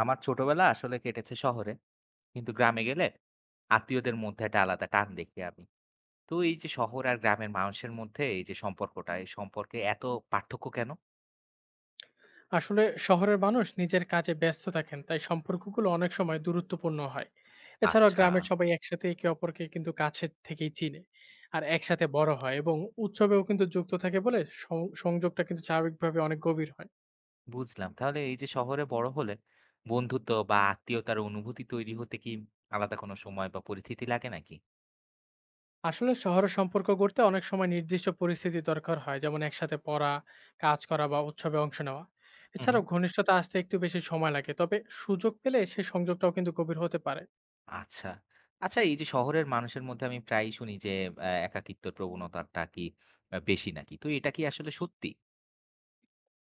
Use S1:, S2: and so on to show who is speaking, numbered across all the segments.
S1: আমার ছোটবেলা আসলে কেটেছে শহরে, কিন্তু গ্রামে গেলে আত্মীয়দের মধ্যে একটা আলাদা টান দেখি আমি। তো এই যে শহর আর গ্রামের মানুষের মধ্যে এই যে সম্পর্কটা, এই সম্পর্কে এত পার্থক্য কেন?
S2: আসলে শহরের মানুষ নিজের কাজে ব্যস্ত থাকেন তাই সম্পর্কগুলো অনেক সময় দূরত্বপূর্ণ হয়। এছাড়া
S1: আচ্ছা,
S2: গ্রামের সবাই একসাথে একে অপরকে কিন্তু কাছের থেকেই চিনে আর একসাথে বড় হয় এবং উৎসবেও কিন্তু যুক্ত থাকে বলে সংযোগটা কিন্তু স্বাভাবিকভাবে অনেক গভীর হয়।
S1: বুঝলাম। তাহলে এই যে শহরে বড় হলে বন্ধুত্ব বা আত্মীয়তার অনুভূতি তৈরি হতে কি আলাদা কোনো সময় বা পরিস্থিতি লাগে নাকি?
S2: আসলে শহরের সম্পর্ক গড়তে অনেক সময় নির্দিষ্ট পরিস্থিতি দরকার হয়, যেমন একসাথে পড়া, কাজ করা বা উৎসবে অংশ নেওয়া।
S1: হুম হুম,
S2: এছাড়াও ঘনিষ্ঠতা আসতে একটু বেশি সময় লাগে, তবে সুযোগ পেলে সেই সংযোগটাও কিন্তু গভীর হতে পারে।
S1: আচ্ছা। আচ্ছা এই যে শহরের মানুষের মধ্যে আমি প্রায়ই শুনি যে একাকিত্বের প্রবণতাটা কি বেশি নাকি? তো এটা কি আসলে সত্যি?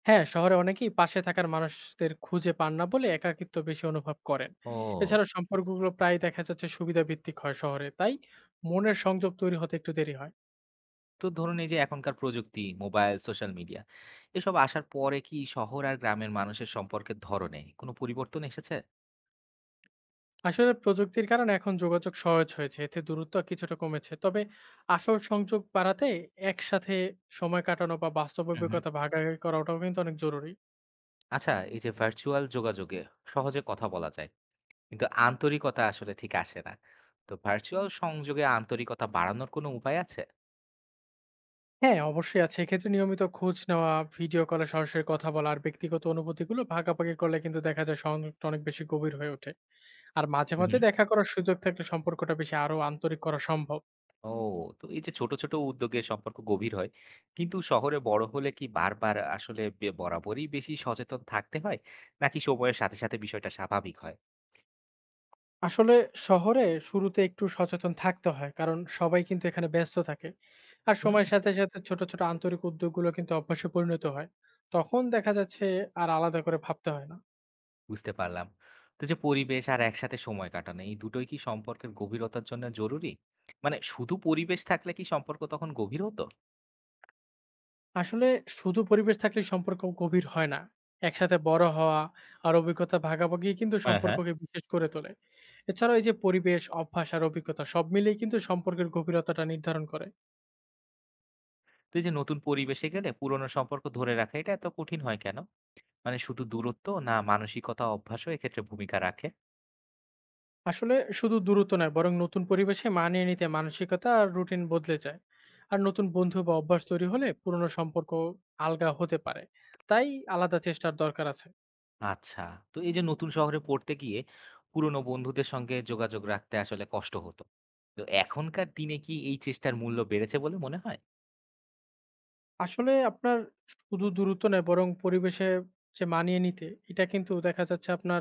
S2: হ্যাঁ, শহরে অনেকেই পাশে থাকার মানুষদের খুঁজে পান না বলে একাকিত্ব বেশি অনুভব করেন।
S1: ও,
S2: এছাড়া সম্পর্কগুলো প্রায়ই দেখা যাচ্ছে সুবিধা ভিত্তিক হয় শহরে, তাই মনের সংযোগ তৈরি হতে একটু দেরি হয়।
S1: তো ধরুন এই যে এখনকার প্রযুক্তি, মোবাইল, সোশ্যাল মিডিয়া এসব আসার পরে কি শহর আর গ্রামের মানুষের সম্পর্কের ধরনে কোনো পরিবর্তন এসেছে?
S2: আসলে প্রযুক্তির কারণে এখন যোগাযোগ সহজ হয়েছে, এতে দূরত্ব কিছুটা কমেছে। তবে আসল সংযোগ বাড়াতে একসাথে সময় কাটানো বা বাস্তব
S1: হুম, হুম।
S2: অভিজ্ঞতা ভাগাভাগি করাটাও কিন্তু অনেক জরুরি।
S1: আচ্ছা এই যে ভার্চুয়াল যোগাযোগে সহজে কথা বলা যায়, কিন্তু আন্তরিকতা আসলে ঠিক আসে না। তো ভার্চুয়াল সংযোগে আন্তরিকতা বাড়ানোর কোনো উপায় আছে?
S2: হ্যাঁ, অবশ্যই আছে। এক্ষেত্রে নিয়মিত খোঁজ নেওয়া, ভিডিও কলে সরাসরি কথা বলা আর ব্যক্তিগত অনুভূতিগুলো ভাগাভাগি করলে কিন্তু দেখা যায় সংযোগটা অনেক বেশি গভীর হয়ে ওঠে। আর মাঝে,
S1: হুম,
S2: মাঝে
S1: হুম।
S2: দেখা করার সুযোগ থাকলে সম্পর্কটা বেশি আরো আন্তরিক করা সম্ভব।
S1: ও, তো এই যে ছোট, ছোট উদ্যোগে সম্পর্ক গভীর হয়। কিন্তু শহরে বড় হলে কি বারবার আসলে বরাবরই বেশি সচেতন থাকতে হয়? নাকি সময়ের সাথে, সাথে বিষয়টা স্বাভাবিক
S2: আসলে শহরে শুরুতে একটু সচেতন থাকতে হয়। কারণ সবাই কিন্তু এখানে ব্যস্ত থাকে। আর
S1: হয়?
S2: সময়ের সাথে, সাথে ছোট, ছোট আন্তরিক উদ্যোগগুলো কিন্তু অভ্যাসে পরিণত হয়। তখন দেখা যাচ্ছে আর আলাদা করে ভাবতে হয় না।
S1: বুঝতে পারলাম। তো যে পরিবেশ আর একসাথে সময় কাটানো এই দুটোই কি সম্পর্কের গভীরতার জন্য জরুরি? মানে শুধু পরিবেশ থাকলে কি সম্পর্ক তখন গভীর হতো?
S2: আসলে শুধু পরিবেশ থাকলেই সম্পর্ক গভীর হয় না। একসাথে বড় হওয়া আর অভিজ্ঞতা ভাগাভাগি কিন্তু
S1: হ্যাঁ, হ্যাঁ।
S2: সম্পর্ককে বিশেষ করে তোলে। এছাড়াও এই যে পরিবেশ, অভ্যাস আর অভিজ্ঞতা সব মিলিয়ে কিন্তু সম্পর্কের গভীরতাটা নির্ধারণ করে।
S1: তো এই যে নতুন পরিবেশে গেলে পুরনো সম্পর্ক ধরে রাখা এটা এত কঠিন হয় কেন? মানে শুধু দূরত্ব না মানসিকতা অভ্যাসও এক্ষেত্রে ভূমিকা রাখে?
S2: আসলে শুধু দূরত্ব নয় বরং নতুন পরিবেশে মানিয়ে নিতে মানসিকতা আর রুটিন বদলে যায়। আর নতুন বন্ধু বা অভ্যাস তৈরি হলে পুরনো সম্পর্ক আলগা হতে পারে, তাই আলাদা চেষ্টার দরকার আছে।
S1: আচ্ছা। তো এই যে নতুন শহরে পড়তে গিয়ে পুরনো বন্ধুদের সঙ্গে যোগাযোগ রাখতে আসলে কষ্ট হতো। তো এখনকার দিনে কি এই চেষ্টার মূল্য বেড়েছে বলে মনে হয়?
S2: আসলে আপনার শুধু দূরত্ব নয় বরং পরিবেশে যে মানিয়ে নিতে এটা কিন্তু দেখা যাচ্ছে আপনার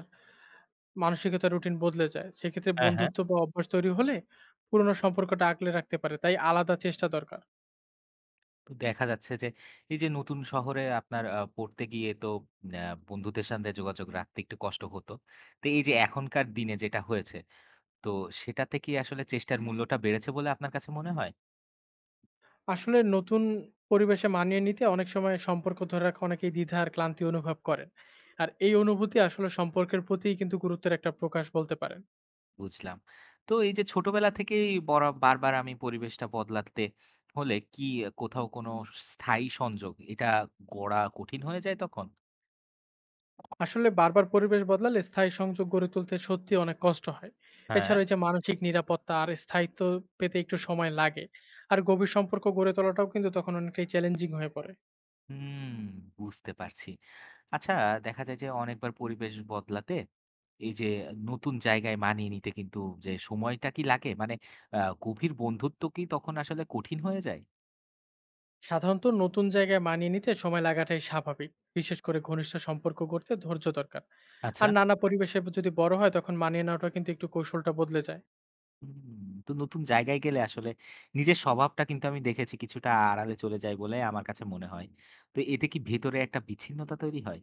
S2: মানসিকতা রুটিন বদলে যায়, সেক্ষেত্রে
S1: হ্যাঁ, হ্যাঁ।
S2: বন্ধুত্ব বা অভ্যাস তৈরি হলে পুরনো সম্পর্কটা আগলে রাখতে পারে, তাই আলাদা চেষ্টা দরকার।
S1: তো দেখা যাচ্ছে যে এই যে নতুন শহরে আপনার পড়তে গিয়ে তো আ বন্ধুদের সাথে যোগাযোগ রাখতে একটু কষ্ট হতো। তো এই যে এখনকার দিনে যেটা হয়েছে, তো সেটাতে কি আসলে চেষ্টার মূল্যটা বেড়েছে বলে আপনার কাছে মনে হয়?
S2: আসলে নতুন পরিবেশে মানিয়ে নিতে অনেক সময় সম্পর্ক ধরে রাখা অনেকেই দ্বিধা আর ক্লান্তি অনুভব করেন। আর এই অনুভূতি আসলে সম্পর্কের প্রতিই কিন্তু গুরুত্বের একটা প্রকাশ বলতে পারেন।
S1: বুঝলাম। তো এই যে ছোটবেলা থেকেই বারবার আমি পরিবেশটা বদলাতে হলে কি কোথাও কোনো স্থায়ী সংযোগ এটা গড়া কঠিন হয়ে যায় তখন?
S2: আসলে বারবার পরিবেশ বদলালে স্থায়ী সংযোগ গড়ে তুলতে সত্যিই অনেক কষ্ট হয়।
S1: হ্যাঁ।
S2: এছাড়া এই যে মানসিক নিরাপত্তা আর স্থায়িত্ব পেতে একটু সময় লাগে। আর গভীর সম্পর্ক গড়ে তোলাটাও কিন্তু তখন অনেকটাই চ্যালেঞ্জিং হয়ে পড়ে।
S1: হুম, বুঝতে পারছি। আচ্ছা দেখা যায় যে অনেকবার পরিবেশ বদলাতে এই যে নতুন জায়গায় মানিয়ে নিতে কিন্তু যে সময়টা কি লাগে মানে গভীর বন্ধুত্ব কি তখন আসলে কঠিন হয়ে যায়?
S2: সাধারণত নতুন জায়গায় মানিয়ে নিতে সময় লাগাটাই স্বাভাবিক। বিশেষ করে ঘনিষ্ঠ সম্পর্ক গড়তে ধৈর্য দরকার।
S1: আচ্ছা।
S2: আর নানা পরিবেশে যদি বড় হয় তখন মানিয়ে নেওয়াটা কিন্তু একটু কৌশলটা বদলে যায়।
S1: হুম, তো নতুন জায়গায় গেলে আসলে নিজের স্বভাবটা কিন্তু আমি দেখেছি কিছুটা আড়ালে চলে যায় বলে আমার কাছে মনে হয়। তো এতে কি ভেতরে একটা বিচ্ছিন্নতা তৈরি হয়?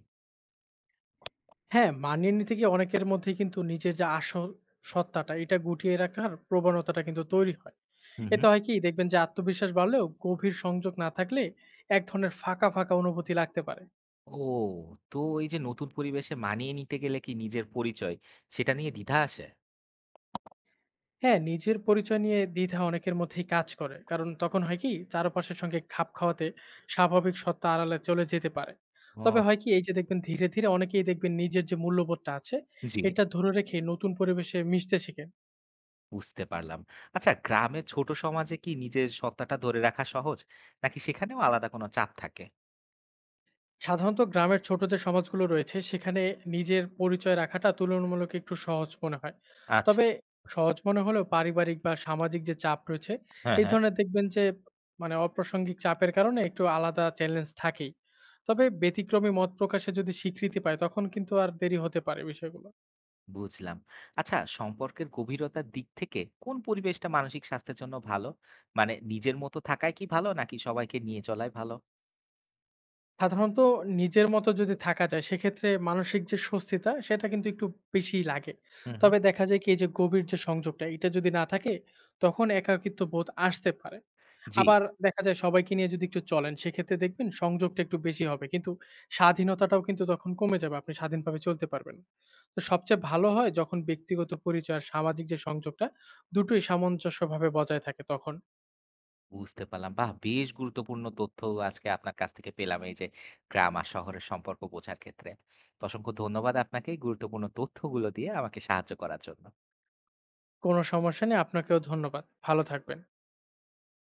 S2: হ্যাঁ, মানিয়ে নিতে গিয়ে অনেকের মধ্যে কিন্তু নিজের যে আসল সত্তাটা এটা গুটিয়ে রাখার প্রবণতাটা কিন্তু তৈরি হয়।
S1: হুম হুম।
S2: এতে হয় কি, দেখবেন যে আত্মবিশ্বাস বাড়লেও গভীর সংযোগ না থাকলে এক ধরনের ফাঁকা ফাঁকা অনুভূতি লাগতে পারে।
S1: ও, তো এই যে নতুন পরিবেশে মানিয়ে নিতে গেলে কি নিজের পরিচয় সেটা নিয়ে দ্বিধা আসে?
S2: হ্যাঁ, নিজের পরিচয় নিয়ে দ্বিধা অনেকের মধ্যেই কাজ করে। কারণ তখন হয় কি? চারপাশের সঙ্গে খাপ খাওয়াতে স্বাভাবিক সত্তা আড়ালে চলে যেতে পারে। তবে
S1: ও।
S2: হয় কি? এই যে দেখবেন ধীরে, ধীরে অনেকেই দেখবেন নিজের যে মূল্যবোধটা আছে,
S1: জি,
S2: এটা ধরে রেখে নতুন পরিবেশে মিশতে শিখে।
S1: বুঝতে পারলাম। আচ্ছা গ্রামের ছোট সমাজে কি নিজের সত্ত্বাটা ধরে রাখা সহজ? নাকি সেখানেও আলাদা কোনো চাপ থাকে?
S2: সাধারণত গ্রামের ছোট যে সমাজগুলো রয়েছে সেখানে নিজের পরিচয় রাখাটা তুলনামূলক একটু সহজ মনে হয়।
S1: আচ্ছা,
S2: তবে সহজ মনে হলেও পারিবারিক বা সামাজিক যে চাপ রয়েছে,
S1: হ্যাঁ,
S2: এই
S1: হ্যাঁ।
S2: ধরনের দেখবেন যে মানে অপ্রাসঙ্গিক চাপের কারণে একটু আলাদা চ্যালেঞ্জ থাকেই। তবে ব্যতিক্রমী মত প্রকাশে যদি স্বীকৃতি পায় তখন কিন্তু আর দেরি হতে পারে বিষয়গুলো।
S1: বুঝলাম। আচ্ছা সম্পর্কের গভীরতার দিক থেকে কোন পরিবেশটা মানসিক স্বাস্থ্যের জন্য ভালো? মানে নিজের মতো থাকাই কি ভালো নাকি সবাইকে নিয়ে চলাই ভালো?
S2: সাধারণত নিজের মতো যদি থাকা যায় সেক্ষেত্রে মানসিক যে স্বস্তিটা সেটা কিন্তু একটু বেশিই লাগে।
S1: হুম, হুম।
S2: তবে দেখা যায় কি, এই যে গভীর যে সংযোগটা এটা যদি না থাকে তখন একাকিত্ব বোধ আসতে পারে।
S1: জি,
S2: আবার দেখা যায় সবাইকে নিয়ে যদি একটু চলেন সেক্ষেত্রে দেখবেন সংযোগটা একটু বেশি হবে। কিন্তু স্বাধীনতাটাও কিন্তু তখন কমে যাবে। আপনি স্বাধীনভাবে চলতে পারবেন না। তো সবচেয়ে ভালো হয় যখন ব্যক্তিগত পরিচয় আর সামাজিক যে সংযোগটা দুটোই সামঞ্জস্যভাবে বজায় থাকে তখন।
S1: বুঝতে পারলাম। বাহ! বেশ গুরুত্বপূর্ণ তথ্য আজকে আপনার কাছ থেকে পেলাম এই যে গ্রাম আর শহরের সম্পর্ক বোঝার ক্ষেত্রে। তো অসংখ্য ধন্যবাদ আপনাকে এই গুরুত্বপূর্ণ তথ্যগুলো দিয়ে আমাকে সাহায্য করার জন্য।
S2: কোনো সমস্যা নেই। আপনাকেও ধন্যবাদ। ভালো থাকবেন।